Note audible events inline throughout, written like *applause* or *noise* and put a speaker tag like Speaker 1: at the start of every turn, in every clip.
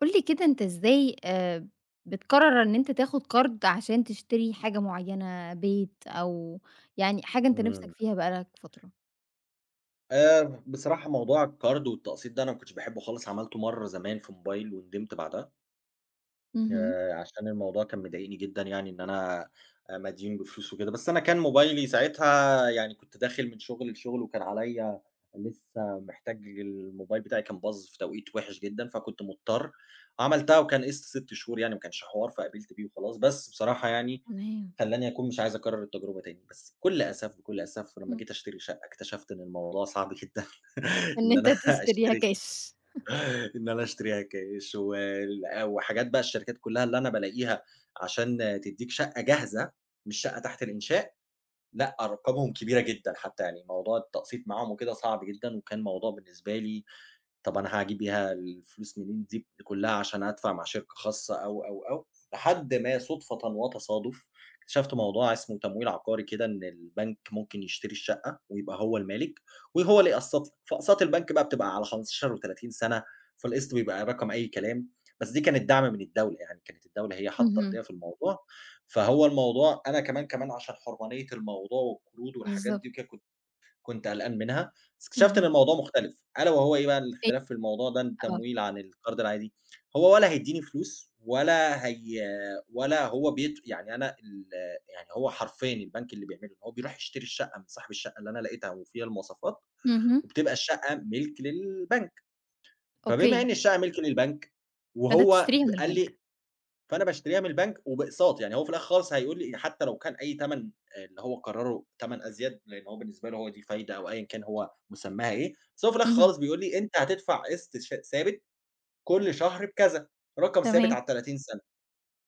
Speaker 1: قُل لي كده أنت إزاي بتقرر إن أنت تاخد قرض عشان تشتري حاجة معيّنة، بيت أو يعني حاجة أنت نِفْسك
Speaker 2: إمم.
Speaker 1: فيها بقى لك فترة؟
Speaker 2: بصراحة موضوع الكارد والتقسيط ده أنا ما كنتش باحبه خالص، عملته مرّة زمان في موبايل وندمت بعدها.
Speaker 1: اهم.
Speaker 2: عشان الموضوع كان مضايقني جدًا يعني إن أنا مديون بفلوس وكده، بس أنا كان موبايلي ساعتها يعني كنت داخل من شغل لشغل وكان عليّا لسه محتاج الموبايل بتاعي كان باظ في توقيت وحِش جدًا، فكنت مضطر، عملتها وكان قِسط 6 شهور يعني ما كانش حوار، فقبلت بيه وخلاص، بس بصراحة يعني
Speaker 1: تمام.
Speaker 2: خلّاني أكون مش عايز أكرر التجربة تاني، بس بكل أسف، بكل أسف لمّا
Speaker 1: إمم.
Speaker 2: جيت أشتري شقة اكتشفت إن الموضوع صعب جدًا. *laughs*
Speaker 1: إن
Speaker 2: إن
Speaker 1: أنت
Speaker 2: أنا *laughs*
Speaker 1: تشتريها
Speaker 2: أشتري
Speaker 1: كاش.
Speaker 2: إن أنا أشتريها كاش وحاجات بقى الشركات كلّها اللي أنا بالاقيها عشان تدّيك شقة جاهزة، مش شقة تحت الإنشاء، لأ أرقامهم كبيرة جدًا حتى، يعني موضوع التقسيط معاهم وكده صعب جدًا، وكان موضوع بالنسبة لي طب أنا هاجيب بيها الفلوس منين دي كلها عشان أدفع مع شركة خاصة أو، لحد ما صُدفةً وتصادف اكتشفت موضوع اسمه تمويل عقاري كده، إن البنك ممكن يشتري الشقة ويبقى هو المالك وهو اللي يقسّط لك، فأقساط البنك بقى بتبقى على 15 و30 سَنة، فالقسط بيبقى رقم أي كلام، بس دي كانت دعم من الدولة، يعني كانت الدولة هي حاطة
Speaker 1: اهم.
Speaker 2: إيديها في الموضوع، فهو الموضوع أنا كمان عشان حرمانية الموضوع والقروض والحاجات
Speaker 1: بالضبط.
Speaker 2: دي وكده كنت قلقان منها، بس اكتشفت إن
Speaker 1: اهم.
Speaker 2: الموضوع مختلف، ألا وهو إيه بقى
Speaker 1: إيه
Speaker 2: الاختلاف في الموضوع ده
Speaker 1: آه.
Speaker 2: التمويل عن القرض العادي، هو ولا هيدّيني فلوس ولا هي ولا هو بيت يعني أنا يعني هو حرفيًا البنك اللي بيعمله إن هو بيروح يشتري الشقة من صاحب الشقة اللي أنا لقيتها وفيها المواصفات،
Speaker 1: اهم.
Speaker 2: وبتبقى الشقة ملك للبنك، فبما
Speaker 1: أوكي.
Speaker 2: إن الشقة ملك للبنك
Speaker 1: فأنت
Speaker 2: وهو
Speaker 1: بتشتريها من
Speaker 2: قال
Speaker 1: البنك.
Speaker 2: لي فأنا باشتريها من البنك وبأقساط، يعني هو في الآخر خالص هيقول لي حتى لو كان أي تَمَن اللي هو قرّره تَمَن أزيد، لإن هو بالنسبة له هو دي فايدة أو أيًا كان هو مسمّاها إيه، بس هو في الآخر
Speaker 1: اهم.
Speaker 2: خالص بيقول لي أنت هتدفع قسط ثابت كل شهر بكذا، رقم ثابت
Speaker 1: تمام.
Speaker 2: على ال30 سَنة،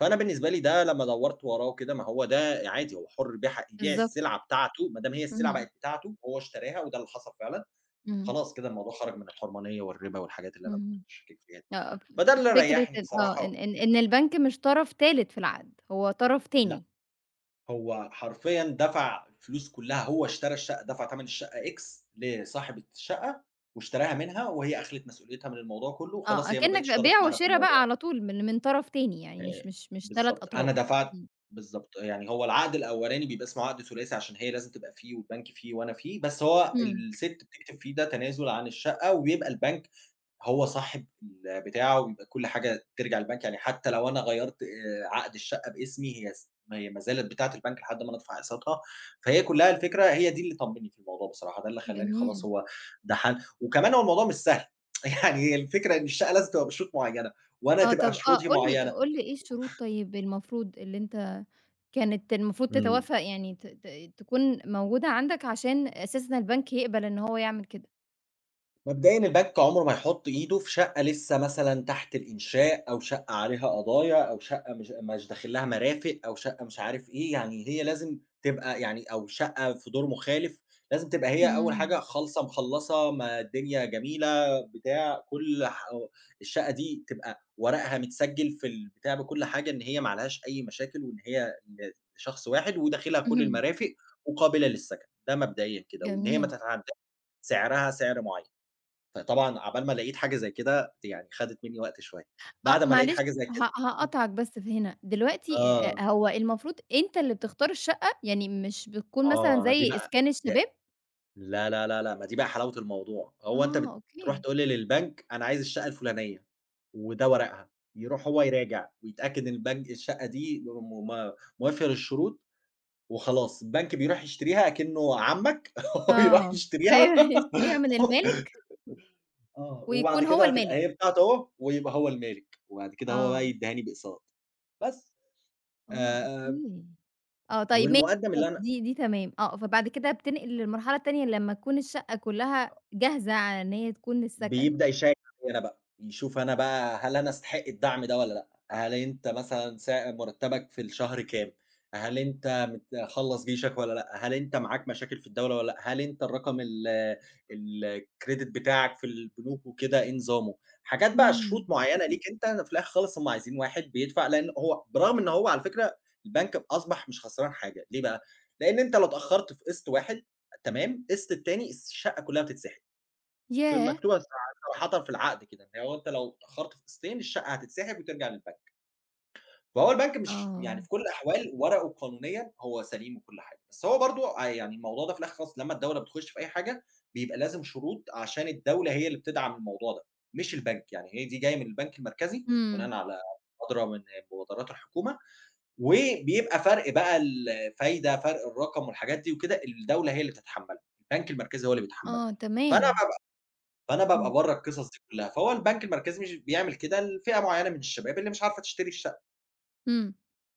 Speaker 2: فأنا بالنسبة لي ده لمّا دوّرت وراه وكده ما هو ده عادي هو حُر يبيع يبيع
Speaker 1: بالضبط.
Speaker 2: السلعة بتاعته، ما دام هي السلعة
Speaker 1: اهم.
Speaker 2: بقت بتاعته وهو اشتراها وده اللي حصل فعلًا،
Speaker 1: إمم.
Speaker 2: خلاص كده الموضوع خرج من الحرمانية والربا والحاجات اللي أنا كنت
Speaker 1: إمم.
Speaker 2: متشكّك فيها دي.
Speaker 1: آه. ف
Speaker 2: فده
Speaker 1: ف
Speaker 2: اللي
Speaker 1: فكرة
Speaker 2: ريّحني
Speaker 1: إن آه. إن
Speaker 2: بصراحة.
Speaker 1: إن إن البنك مش طرف تالت في العقد، هو طرف
Speaker 2: لأ.
Speaker 1: تاني.
Speaker 2: هو حرفيًا دفع الفلوس كلّها، هو اشترى الشقة، دفع تَمَن الشقة X لصاحبة الشقة واشتراها منها وهي أخلِت مسؤوليتها من الموضوع كلّه
Speaker 1: آه،
Speaker 2: وخلاص هي ما بقِتش
Speaker 1: أكنّك
Speaker 2: طرف
Speaker 1: بيع
Speaker 2: معانا في
Speaker 1: وشِرا بقى
Speaker 2: الموضوع.
Speaker 1: على طول من طرف تاني يعني مش
Speaker 2: آآ
Speaker 1: مش مش 3
Speaker 2: بالضبط. أنا
Speaker 1: أطراف.
Speaker 2: دفعت
Speaker 1: إمم،
Speaker 2: بالضبط. يعني هو العقد الأولاني بيبقى اسمه عقد ثلاثي عشان هي لازم تبقى فيه والبنك فيه وأنا فيه، بس هو
Speaker 1: إمم،
Speaker 2: السِت بتكتب فيه ده تنازل عن الشقة وبيبقى البنك هو صاحب بتاعه بيبقى كل حاجة ترجع للبنك، يعني حتى لو أنا غيّرت عقد الشقة باسمي هي ما هي ما زالت بتاعة البنك لحد ما أنا أدفع أقساطها، فهي كلّها الفكرة هي دي اللي طمّني في الموضوع بصراحة، ده اللي خلّاني خلاص
Speaker 1: جميل.
Speaker 2: هو ده حل وكمان هو الموضوع مش سهل، *laughs* يعني هي الفكرة إن الشقة لازم تبقى بشروط معيّنة وأنا
Speaker 1: آه، طَب
Speaker 2: تبقى
Speaker 1: آه،
Speaker 2: شروطي
Speaker 1: قُل لي
Speaker 2: معيّنة.
Speaker 1: قُل لي إيه الشروط طيب المفروض اللي أنت كانت المفروض
Speaker 2: إمم.
Speaker 1: تتوافق يعني ت ت تكون موجودة عندك عشان أساسًا البنك يقبل إن هو يعمل كده؟
Speaker 2: مبدئيًا البنك عمره ما هيحُط إيده في شقة لسه مثلًا تحت الإنشاء أو شقة عليها قضايا أو شقة مش داخل لها مرافق أو شقة مش عارف إيه، يعني هي لازم تبقى يعني أو شقة في دور مخالف، لازم تبقى هي أول
Speaker 1: إمم،
Speaker 2: حاجة خالصة مخلّصة ما الدنيا جميلة بتاع كل الشقة دي تبقى ورقها متسجّل في البتاع بكل حاجة إن هي ما عليهاش أي مشاكل وإن هي لشخص واحد وداخلها كل
Speaker 1: اهم،
Speaker 2: المرافق وقابلة للسَكَن، ده مبدئيًا كده، وإن هي ما
Speaker 1: جميل.
Speaker 2: تتعدّاش سعرها سعر معيّن. فطبعًا عقبال ما لقيت حاجة زي كده يعني خدت منّي وقت شوية،
Speaker 1: آه،
Speaker 2: بعد ما لقيت
Speaker 1: معلش
Speaker 2: حاجة زي كده
Speaker 1: هاقاطعك بس في هنا، دلوقتي
Speaker 2: آه،
Speaker 1: هو المفروض أنت اللي بتختار الشقة؟ يعني مش بتكون مثلًا
Speaker 2: آه، دي
Speaker 1: زي
Speaker 2: بقى
Speaker 1: إسكان
Speaker 2: د
Speaker 1: الشباب؟
Speaker 2: لا، لا، لا، لأ، ما دي بقى حلاوة الموضوع، هو أنت
Speaker 1: آه،
Speaker 2: بتروح
Speaker 1: أوكي.
Speaker 2: تقول لي للبنك أنا عايز الشقة الفلانية وده ورقها، يروح هو يراجع ويتأكد إن البنك الشقة دي م م موافية للشروط وخلاص، البنك بيروح يشتريها أكنه عمك *laughs* هو بيروح
Speaker 1: آه،
Speaker 2: يشتريها
Speaker 1: أيوه *laughs* يشتريها من المالك
Speaker 2: *laughs* آه، وبعد
Speaker 1: ويكون هو
Speaker 2: كده هتبقى
Speaker 1: المالك،
Speaker 2: هي بتاعته هو ويبقى هو المالك، وبعد كده هو بقى
Speaker 1: آه.
Speaker 2: يدّيها لي باقساط، بس.
Speaker 1: آه،
Speaker 2: آآ
Speaker 1: أوكي. آه، طيب ماشي
Speaker 2: والمقدّم
Speaker 1: خلاص
Speaker 2: اللي
Speaker 1: دي تمام، آه، فبعد كده بتنقل للمرحلة التانية لمّا تكون الشقة كلّها جاهزة على إن هي تكون للسكن.
Speaker 2: بيبدأ يشيّك عليّا أنا بقى، يشوف أنا بقى هل أنا أستحق الدعم ده والّا لأ؟ هل أنت مثلًا مرتبك في الشهر كام؟ هل أنت مخلّص جيشك والّا لأ؟ هل أنت معاك مشاكل في الدولة والّا لأ؟ هل أنت الرقم الcredit بتاعك في البنوك وكده إيه نظامه؟ حاجات بقى
Speaker 1: إمم،
Speaker 2: شروط معيّنة ليك أنت، أنا في الآخر خالص هم عايزين واحد بيدفع لأن هو برغم إن هو على فكرة البنك أصبح مش خسران حاجة، ليه بقى؟ لأن أنت لو اتأخرت في قسط واحد تمام، قسط التاني الشقة كلّها بتتسحب. في
Speaker 1: ياه!
Speaker 2: مكتوبة صراحةً في العقد كده، اللي هو أنت لو اتأخرت فِسْتين الشقة هتتسحب وترجع للبنك، فهو البنك مش
Speaker 1: آه،
Speaker 2: يعني في كل الأحوال ورقه قانونيًا هو سليم وكل حاجة، بس هو برضه يعني الموضوع ده في الآخر خالص لمّا الدولة بتخش في أي حاجة، بيبقى لازم شروط عشان الدولة هي اللي بتدعم الموضوع ده، مش البنك، يعني هي دي جاية من البنك المركزي
Speaker 1: إمم.
Speaker 2: بناءً على مبادرة من مبادرات الحكومة، وبيبقى فرق بقى الفايدة، فرق الرقم والحاجات دي وكده، الدولة هي اللي بتتحمّله، البنك المركزي هو اللي بيتحمّله،
Speaker 1: آه،
Speaker 2: فأنا
Speaker 1: تمام،
Speaker 2: فأنا
Speaker 1: إمم،
Speaker 2: بابقى برّه القصص دي كلّها، فهو البنك المركزي مش بيعمل كده لفئة معيّنة من الشباب اللي مش عارفة تشتري الشقة،
Speaker 1: إمم،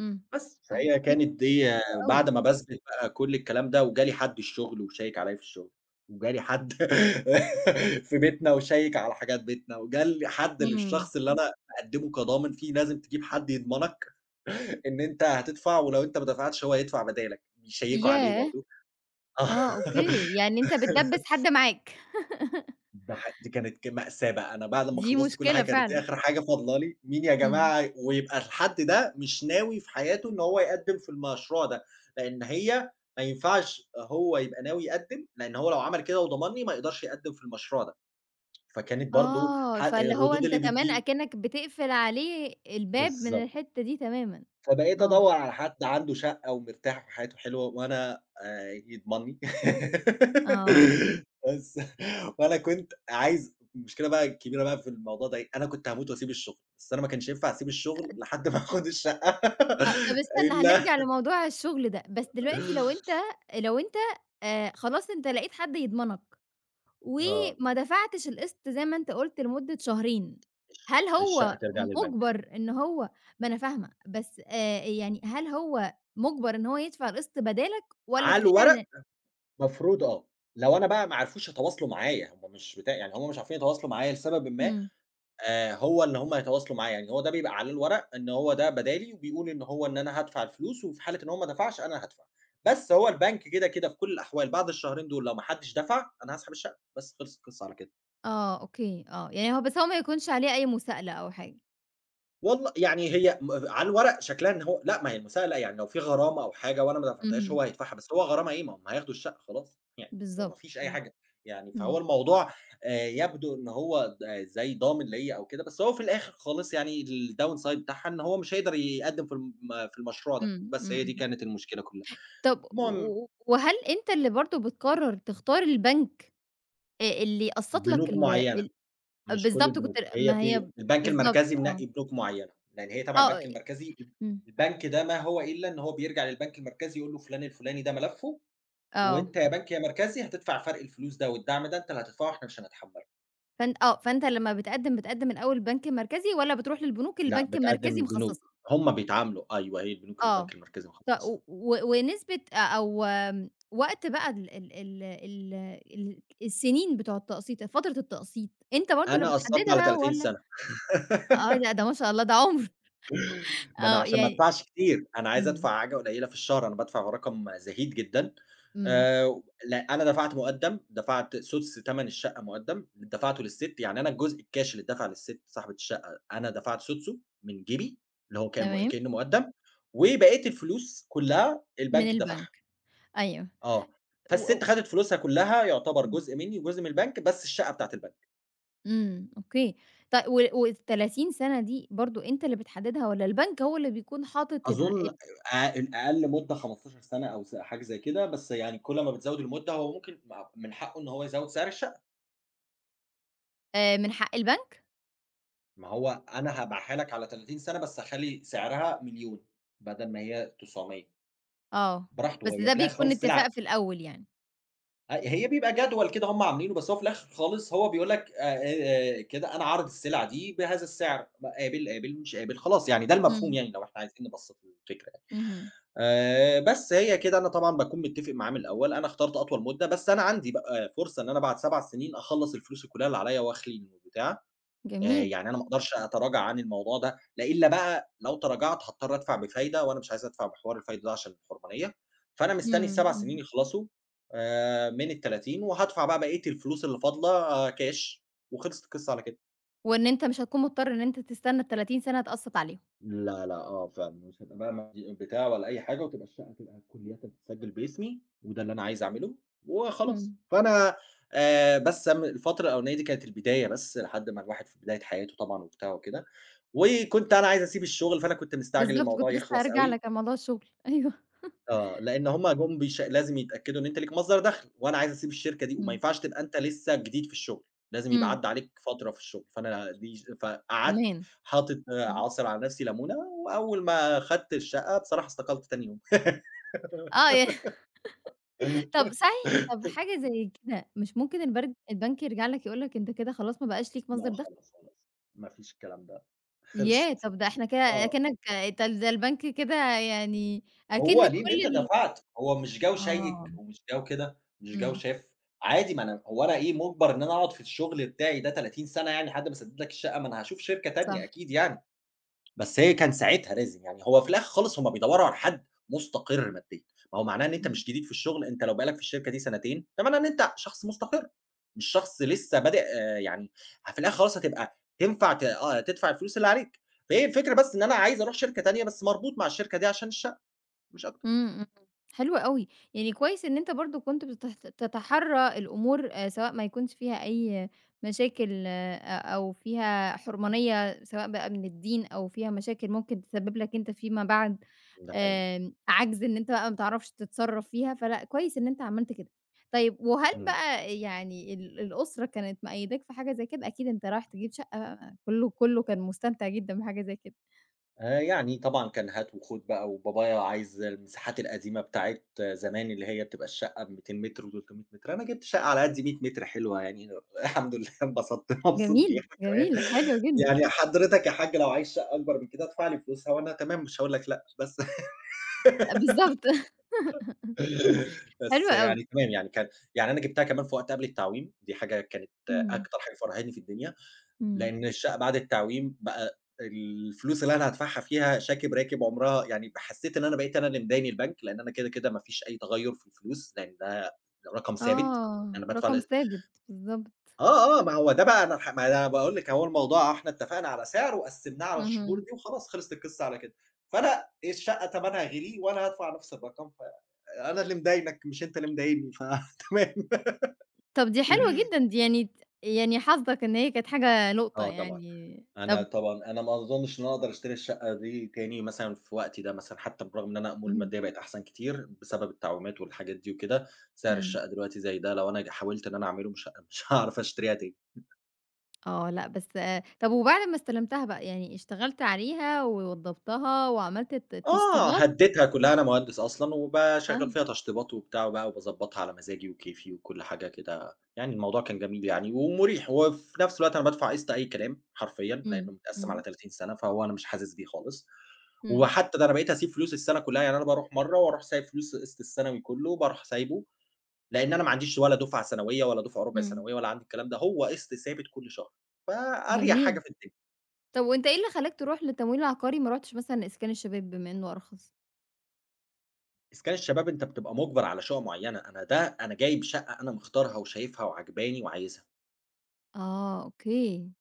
Speaker 1: إمم.
Speaker 2: بس. فهي
Speaker 1: أوكي،
Speaker 2: كانت دي آه،
Speaker 1: حلو أوي.
Speaker 2: بعد ما باثبت بقى كل الكلام ده وجالي حد الشغل وشيّك عليَّ في الشغل، وجالي حد *laughs* في بيتنا وشيّك على حاجات بيتنا، وجال حد
Speaker 1: إمم،
Speaker 2: للشخص اللي أنا باقدّمه كضامن فيه لازم تجيب حد يضمنك *laughs* إن أنت هتدفع ولو أنت ما دفعتش هو هيدفع بدالك، بيشيّكوا عليه
Speaker 1: ياه!
Speaker 2: برضه. آه.
Speaker 1: آه، أوكي، يعني أنت بتدبّس
Speaker 2: *laughs*
Speaker 1: حد معاك. *laughs*
Speaker 2: ده ح دي كانت مأساة بقى، أنا بعد ما
Speaker 1: دي
Speaker 2: خلّصت كل
Speaker 1: مشكلة
Speaker 2: حاجة كانت دي
Speaker 1: فعلًا.
Speaker 2: آخر حاجة فاضلة لي، مين يا
Speaker 1: إمم.
Speaker 2: جماعة ويبقى الحد ده مش ناوي في حياته إن هو يقدّم في المشروع ده، لإن هي ما ينفعش هو يبقى ناوي يقدّم، لإن هو لو عمل كده وضمنّي ما يقدرش يقدّم في المشروع ده، فكانت برضه
Speaker 1: آه، فاللي هو
Speaker 2: الردود
Speaker 1: أنت
Speaker 2: اللي
Speaker 1: كمان
Speaker 2: بتيجي لي
Speaker 1: أكنّك بتقفل عليه الباب من
Speaker 2: بالضبط.
Speaker 1: الحتّة دي تمامًا.
Speaker 2: فبقيت
Speaker 1: آه،
Speaker 2: أدوّر على حد عنده شقة ومرتاح وحياته حلوة وأنا يضمنّي
Speaker 1: آه،
Speaker 2: *laughs* بس وأنا كنت عايز المشكلة بقى الكبيرة بقى في الموضوع ده إيه، أنا كنت هاموت وأسيب الشغل، بس أنا ما كانش ينفع أسيب الشغل لحد ما آخُد الشقة *laughs*
Speaker 1: آه، طب استنى
Speaker 2: إلا
Speaker 1: هنرجع لموضوع الشغل ده، بس دلوقتي لو أنت لو أنت خلاص أنت لقيت حد يضمنك،
Speaker 2: آه،
Speaker 1: وما دفعتش القسط زي ما أنت قُلت لمدة شهرين، هل
Speaker 2: الشقة
Speaker 1: هو
Speaker 2: ترجع للبنك.
Speaker 1: مُجبر إن هو ما أنا فاهمة، بس يعني هل هو مُجبر إن هو يدفع القسط بدالك والّا في
Speaker 2: على الورق
Speaker 1: الحالة
Speaker 2: مفروض آه، لو أنا بقى ما عرفوش يتواصلوا معايا، هم مش بتاع يعني هم مش عارفين يتواصلوا معايا لسببٍ ما
Speaker 1: إمم.
Speaker 2: هو إن هم يتواصلوا معاه، يعني هو ده بيبقى عليه الورق إن هو ده بدالي وبيقول إن هو إن أنا هادفع الفلوس وفي حالة إن هو ما دفعش أنا هادفع. بس هو البنك كده في كل الأحوال بعد الشهرين دول لو ما حدش دفع، أنا هاسحب الشقة، بس خلصت القصة على كده.
Speaker 1: آه، أوكي، آه، يعني هو بس هو ما يكونش عليه أي مساءلة أو حاجة.
Speaker 2: والل يعني هي على الورق شكلها إن هو لأ، ما هي المساءلة يعني لو في غرامة أو حاجة وأنا ما دفعتهاش
Speaker 1: اهم.
Speaker 2: هو هيدفعها، بس هو غرامة إيه؟ ما هم هياخدوا الشقة خلاص، يعني هو ما
Speaker 1: بالضبط،
Speaker 2: فيش أي
Speaker 1: إمم.
Speaker 2: حاجة، يعني
Speaker 1: إمم،
Speaker 2: فهو الموضوع يبدو إن هو آه، زي ضامن ليّا أو كده، بس هو في الآخر خالص يعني الdown side بتاعها إن هو مش هيقدر يقدّم في في المشروع ده،
Speaker 1: إمم،
Speaker 2: بس
Speaker 1: إمم،
Speaker 2: هي دي
Speaker 1: إمم.
Speaker 2: كانت المشكلة كلها.
Speaker 1: طب و
Speaker 2: المهم
Speaker 1: و وهل أنت اللي برضه بتقرر تختار البنك اللي يقسّط لك
Speaker 2: بنوك
Speaker 1: ال
Speaker 2: معيّنة.
Speaker 1: ال آه،
Speaker 2: مش كل
Speaker 1: بالضبط كنت
Speaker 2: البنوك، هي
Speaker 1: ما هي
Speaker 2: في البنك
Speaker 1: بالضبط
Speaker 2: المركزي
Speaker 1: آه،
Speaker 2: منقّي بنوك معيّنة، لإن هي تبع
Speaker 1: آه،
Speaker 2: البنك المركزي،
Speaker 1: إمم.
Speaker 2: البنك ده ما هو إلا إن هو بيرجع للبنك المركزي يقول له فلان الفلاني ده ملفه،
Speaker 1: آه،
Speaker 2: وأنت يا بنك يا مركزي هتدفع فرق الفلوس ده، والدعم ده أنت اللي هتدفعه إحنا مش هنتحمّله.
Speaker 1: فأن آه، فأنت لمّا بتقدّم الأول بنك مركزي والّا بتروح للبنوك اللي
Speaker 2: لأ،
Speaker 1: البنك
Speaker 2: بتقدّم
Speaker 1: المركزي مخصصها؟
Speaker 2: للبنوك، هُم بيتعاملوا أيوه هي البنوك اللي البنك
Speaker 1: آه.
Speaker 2: المركزي
Speaker 1: ط
Speaker 2: مخصّصها.
Speaker 1: ونسبة أ أو آمم، وقت بقى ال السنين بتوع التقسيط، فترة التقسيط، أنت برضه اللي
Speaker 2: أنا قصّرت على
Speaker 1: بتحددها
Speaker 2: 30
Speaker 1: والّا
Speaker 2: سَنة.
Speaker 1: آه،
Speaker 2: *laughs*
Speaker 1: لأ ده ما شاء الله ده عُمر *laughs*
Speaker 2: ما أنا
Speaker 1: آه،
Speaker 2: عشان ما
Speaker 1: يعني
Speaker 2: ادفعش كتير، أنا عايز
Speaker 1: إمم،
Speaker 2: أدفع حاجة قليلة في الشهر، أنا بادفع رقم زهيد جدًا،
Speaker 1: إمم،
Speaker 2: لأ أنا دفعت مقدّم، دفعت سُدس تمن الشقة مقدّم، دفعته للسِت، يعني أنا الجزء الكاش اللي اتدفع للسِت صاحبة الشقة، أنا دفعت سُدسه من جيبي، اللي هو كان
Speaker 1: تمام،
Speaker 2: كإنه مقدّم، وبقية الفلوس كلها
Speaker 1: من
Speaker 2: البنك دفعها،
Speaker 1: البنك أيوه،
Speaker 2: آه،
Speaker 1: و و
Speaker 2: فالسِت خدت فلوسها كلها يعتبر
Speaker 1: إمم،
Speaker 2: جزء مني وجزء من البنك، بس الشقة بتاعة البنك.
Speaker 1: إمم، أوكي، طي وال وال30 سَنة دي برضه أنت اللي بتحددها والّا البنك هو اللي بيكون حاطط الر
Speaker 2: أظن الأقل مدة 15 سنة أو حاجة زي كده، بس يعني كل ما بتزوّد المدة هو ممكن من حقّه إن هو يزوّد سعر الشقة،
Speaker 1: من حق البنك؟
Speaker 2: ما هو أنا هابيعها لك على 30 سنة بس هاخلّي سعرها مليون بدل ما هي 900
Speaker 1: آه،
Speaker 2: براحته،
Speaker 1: بس
Speaker 2: وهي
Speaker 1: ده
Speaker 2: في الآخر
Speaker 1: بيكون
Speaker 2: خالص سلعة
Speaker 1: اتفاق في الأول يعني،
Speaker 2: هي بيبقى جدول كده هم عاملينه، بس هو في الآخر خالص هو بيقول لك كده أنا عارض السلعة دي بهذا السعر، قابل، قابل، مش قابل، خلاص يعني ده المفهوم
Speaker 1: إمم،
Speaker 2: يعني لو إحنا عايزين نبسّط الفكرة.
Speaker 1: اهم،
Speaker 2: بس هي كده أنا طبعًا باكون متّفق معاه من الأول، أنا اخترت أطول مدة، بس أنا عندي بقى فرصة إن أنا بعد 7 سنين أخلّص الفلوس كلّها اللي عليَّ وأخلِين والبتاع،
Speaker 1: جميل،
Speaker 2: يعني أنا ما أقدرش أتراجع عن الموضوع ده، لا إلا بقى لو تراجعت هاضطر أدفع بفايدة، وأنا مش عايز أدفع بحوار الفايدة ده عشان الحرمانية، فأنا مستني
Speaker 1: إمم،
Speaker 2: ال7 سنين
Speaker 1: إمم.
Speaker 2: يخلصوا من ال30 وهادفع بقى بقية الفلوس اللي فاضلة كاش، وخلصت القصة على كده.
Speaker 1: وإن أنت مش هتكون مضطر إن أنت تستنى ال30 سَنة تقسّط عليهم.
Speaker 2: لا، لأ، آه فعلًا، مش هابقى بقى معايا بتاع ولا أي حاجة، وتبقى الشقة تبقى كُلّيةً تتسجّل باسمي، وده اللي أنا عايز أعمله وخلاص.
Speaker 1: إمم.
Speaker 2: فأنا بس م الفترة الأولانية دي كانت البداية بس، لحد ما الواحد في بداية حياته طبعًا وبتاع وكده، وكنت أنا عايز أسيب الشغل، فأنا كنت مستعجل
Speaker 1: بالضبط، كنت
Speaker 2: الموضوع
Speaker 1: لسه
Speaker 2: يخلص
Speaker 1: هارجع
Speaker 2: أوي،
Speaker 1: لك على موضوع الشغل، *laughs* أيوه.
Speaker 2: لإن هُم جُم بيش لازم يتأكدوا إن أنت ليك مصدر دخل، وأنا عايز أسيب الشركة دي، وما
Speaker 1: إمم.
Speaker 2: ينفعش تبقى أنت لسه جديد في الشغل، لازم يبقى
Speaker 1: إمم،
Speaker 2: عدّى عليك فترة في الشغل، فأنا دي ش فقعدت
Speaker 1: كمان.
Speaker 2: حاطط
Speaker 1: إمم.
Speaker 2: عاصر على نفسي ليمونة، وأول ما خدت الشقة بصراحة استقلت تاني يوم.
Speaker 1: آه، ي *laughs* طب صحيح طب
Speaker 2: *laughs*
Speaker 1: حاجة زي كده مش ممكن البرد البنك يرجع لك يقول لك أنت كده خلاص ما بقاش ليك مصدر
Speaker 2: لأ
Speaker 1: دخل؟
Speaker 2: خلاص، خلاص، ما فيش الكلام ده،
Speaker 1: ياه!
Speaker 2: خلصت،
Speaker 1: طب ده إحنا كده
Speaker 2: آه.
Speaker 1: أكنّك ده ده البنك كده يعني
Speaker 2: هو
Speaker 1: أكِن
Speaker 2: ليه إن
Speaker 1: كل
Speaker 2: أنت
Speaker 1: ال
Speaker 2: دفعت، هو مش جو شيِّك
Speaker 1: آه،
Speaker 2: ومش جو كده، مش جو
Speaker 1: إمم،
Speaker 2: شاف، عادي ما أنا هو أنا إيه مُجبَر إن أنا أقعد في الشغل بتاعي ده 30 سَنة يعني لحد ما أسدِّد لك الشقة، ما أنا هاشوف شركة تانية
Speaker 1: صح.
Speaker 2: أكيد يعني، بس هي كان ساعتها لازم يعني، هو في الآخر خالص هُم بيدوّروا على حد مُستقِر ماديًا، ما هو معناه إن أنت
Speaker 1: إمم.
Speaker 2: مش جديد في الشغل، أنت لو بقى لك في الشركة دي سنتين، ده معناه إن أنت شخص مُستقِر، مش شخص لسه بادئ يعني في الآخر خالص هتبقى تنفع ت آه، تدفع الفلوس اللي عليك، فهي الفكرة بس إن أنا عايز أروح شركة تانية، بس مربوط مع الشركة دي عشان الشقة، مش أكتر.
Speaker 1: إمم، إمم، حلو أوي، يعني كويس إن أنت برضه كنت تتحرّى الأمور سواء ما يكونش فيها أي مشاكل أ أو فيها حرمانية سواء بقى من الدين أو فيها مشاكل ممكن تسبب لك أنت فيما بعد
Speaker 2: ده حقيقي.
Speaker 1: آمم، عجز إن أنت بقى ما تعرفش تتصرّف فيها، فلأ كويس إن أنت عملت كده. طيب وهل
Speaker 2: إمم.
Speaker 1: بقى يعني الأسرة كانت مأيّداك في حاجة زي كده؟ أكيد أنت رايح تجيب شقة بقى، كلّه كان مستمتع جدًا بحاجة زي كده.
Speaker 2: يعني طبعًا كان هات وخُد بقى، وبابايا عايز المساحات القديمة بتاعة زمان اللي هي بتبقى الشقة ب200 متر و300 متر، أنا جِبت شقة على قد 100 متر حلوة يعني *laughs* الحمد لله انبسطت، *laughs* مبسوط بيها
Speaker 1: جميلة،
Speaker 2: تمام.
Speaker 1: جميلة، حلو جدًا،
Speaker 2: يعني حضرتك يا حاج لو عايز شقة أكبر من كده ادفع لي فلوسها وأنا تمام مش هاقول لك لأ، بس
Speaker 1: بالضبط، *laughs*
Speaker 2: *laughs*
Speaker 1: حلو
Speaker 2: بس
Speaker 1: أوي.
Speaker 2: يعني تمام يعني كان يعني أنا جِبتها كمان في وقت قبل التعويم، دي حاجة كانت
Speaker 1: اهم،
Speaker 2: أكتر حاجة فرحتني في الدنيا.
Speaker 1: إمم.
Speaker 2: لإن الشقة بعد التعويم بقى الفلوس اللي أنا هادفعها فيها شاكب راكب عمرها يعني حسّيت إن أنا بقيت أنا اللي مداين البنك، لإن أنا كده، كده ما فيش أي تغيُّر في الفلوس، لإن ده رقم ثابت،
Speaker 1: آه،
Speaker 2: أنا بادفع
Speaker 1: رقم
Speaker 2: ال
Speaker 1: ثابت، بالضبط.
Speaker 2: آه، آه، ما هو ده بقى أنا ما أنا باقول لِك أهو الموضوع إحنا اتفقنا على سعر وقسّمناه على الشهور
Speaker 1: اهم.
Speaker 2: دي وخلاص خلصت القصة على كده، فأنا الشقة تمنها غِلي وأنا هادفع نفس الرقم، فأنا اللي مداينك مش أنت اللي مداينني فتمام.
Speaker 1: طب دي حلوة جدًا
Speaker 2: *laughs*
Speaker 1: دي يعني ت يعني حظك إن هي كانت حاجة لقطة
Speaker 2: آه طبعًا.
Speaker 1: يعني.
Speaker 2: أنا
Speaker 1: طب
Speaker 2: طبعًا أنا ما أظنّش إن أنا أقدر أشتري الشقة دي تاني مثلًا في وقتي ده مثلًا، حتى بالرغم إن أنا أموري
Speaker 1: إمم،
Speaker 2: المادية بقت أحسن كتير بسبب التعويمات والحاجات دي وكده، سعر
Speaker 1: إمم.
Speaker 2: الشقة دلوقتي زي ده لو أنا حاولت إن أنا أعمله مش هاعرف أشتريها تاني.
Speaker 1: آه، لأ بس طب وبعد ما استلمتها بقى، يعني اشتغلت عليها ووضّبتها وعملت
Speaker 2: آه،
Speaker 1: التشطيبات
Speaker 2: هدّيتها كلّها، أنا مهندس أصلًا
Speaker 1: آه،
Speaker 2: وباشغّل فيها تشطيبات وبتاع وبقى وباضبّطها على مزاجي وكيفي وكل حاجة كده، يعني الموضوع كان جميل يعني ومُريح، وفي نفس الوقت أنا بادفع قِسْط أي كلام حرفيًا،
Speaker 1: إمم،
Speaker 2: لإنه متقسّم على
Speaker 1: إمم،
Speaker 2: 30 سَنة، فهو أنا مش حاسس بيه خالص،
Speaker 1: إمم،
Speaker 2: وحتى ده أنا بقيت أسيب فلوس السَنة كلّها، يعني أنا باروح مرّة وأروح سايب فلوس القِسْط السنوي كلّه، باروح سايبه، لإن أنا ما عنديش ولا دُفعة سنوية ولا دُفعة رُبع
Speaker 1: إمم،
Speaker 2: سنوية ولا عندي الكلام ده، هو قِسْط ثابت كل شهر، فأريح حاجة
Speaker 1: جميل.
Speaker 2: في الدنيا.
Speaker 1: طب وأنت إيه اللي خلاك تروح للتمويل العقاري ما رُحتش مثلًا لإسكان الشباب بما إنه أرخص؟
Speaker 2: إسكان الشباب أنت بتبقى مُجبَر على شقة معيّنة، أنا ده أنا جايب شقة أنا مختارها وشايفها وعاجباني وعايزها،
Speaker 1: آه، أوكي.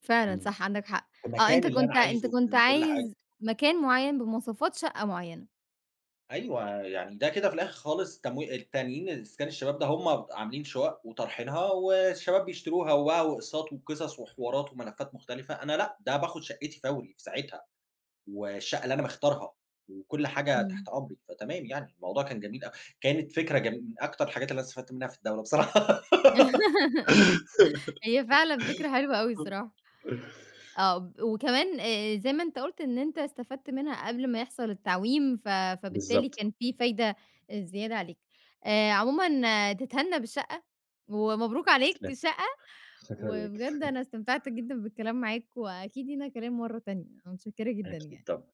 Speaker 1: فعلًا
Speaker 2: إمم.
Speaker 1: صح، عندك حق.
Speaker 2: في
Speaker 1: آه، أنت
Speaker 2: مكان اللي أنا
Speaker 1: كنت أنت
Speaker 2: عايزه
Speaker 1: كنت
Speaker 2: في كل حاجة،
Speaker 1: عايز مكان معيّن بمواصفات شقة معيّنة.
Speaker 2: أيوه يعني ده كده في الآخر خالص التانيين إسكان الشباب ده هُم عاملين شقق وطارحينها والشباب بيشتروها وبقى وأقساط وقصص وحوارات وملفات مختلفة، أنا لأ، ده باخد شقتي فوري في ساعتها، والشقة اللي أنا مختارها وكل حاجة
Speaker 1: إمم.
Speaker 2: تحت أمري، فتمام يعني الموضوع كان جميل أوي، كانت فكرة جم من أكتر الحاجات اللي أنا استفدت منها في الدولة بصراحة.
Speaker 1: *laughs*
Speaker 2: *laughs*
Speaker 1: هي فعلًا فكرة حلوة أوي الصراحة. آه، ب وكمان زي ما أنت قُلت إن أنت استفدت منها قبل ما يحصل التعويم، فبالتالي
Speaker 2: بالضبط.
Speaker 1: كان في فايدة زيادة عليك. عمومًا تتهنّى بالشقة، ومبروك عليك
Speaker 2: لا
Speaker 1: شقة،
Speaker 2: شكرًا لِك،
Speaker 1: وبجد أنا استمتعت جدًا بالكلام معاك، وأكيد لينا كلام مرّة تانية. أنا متشكّرة جدًا
Speaker 2: أكيد
Speaker 1: يعني.
Speaker 2: طبعًا.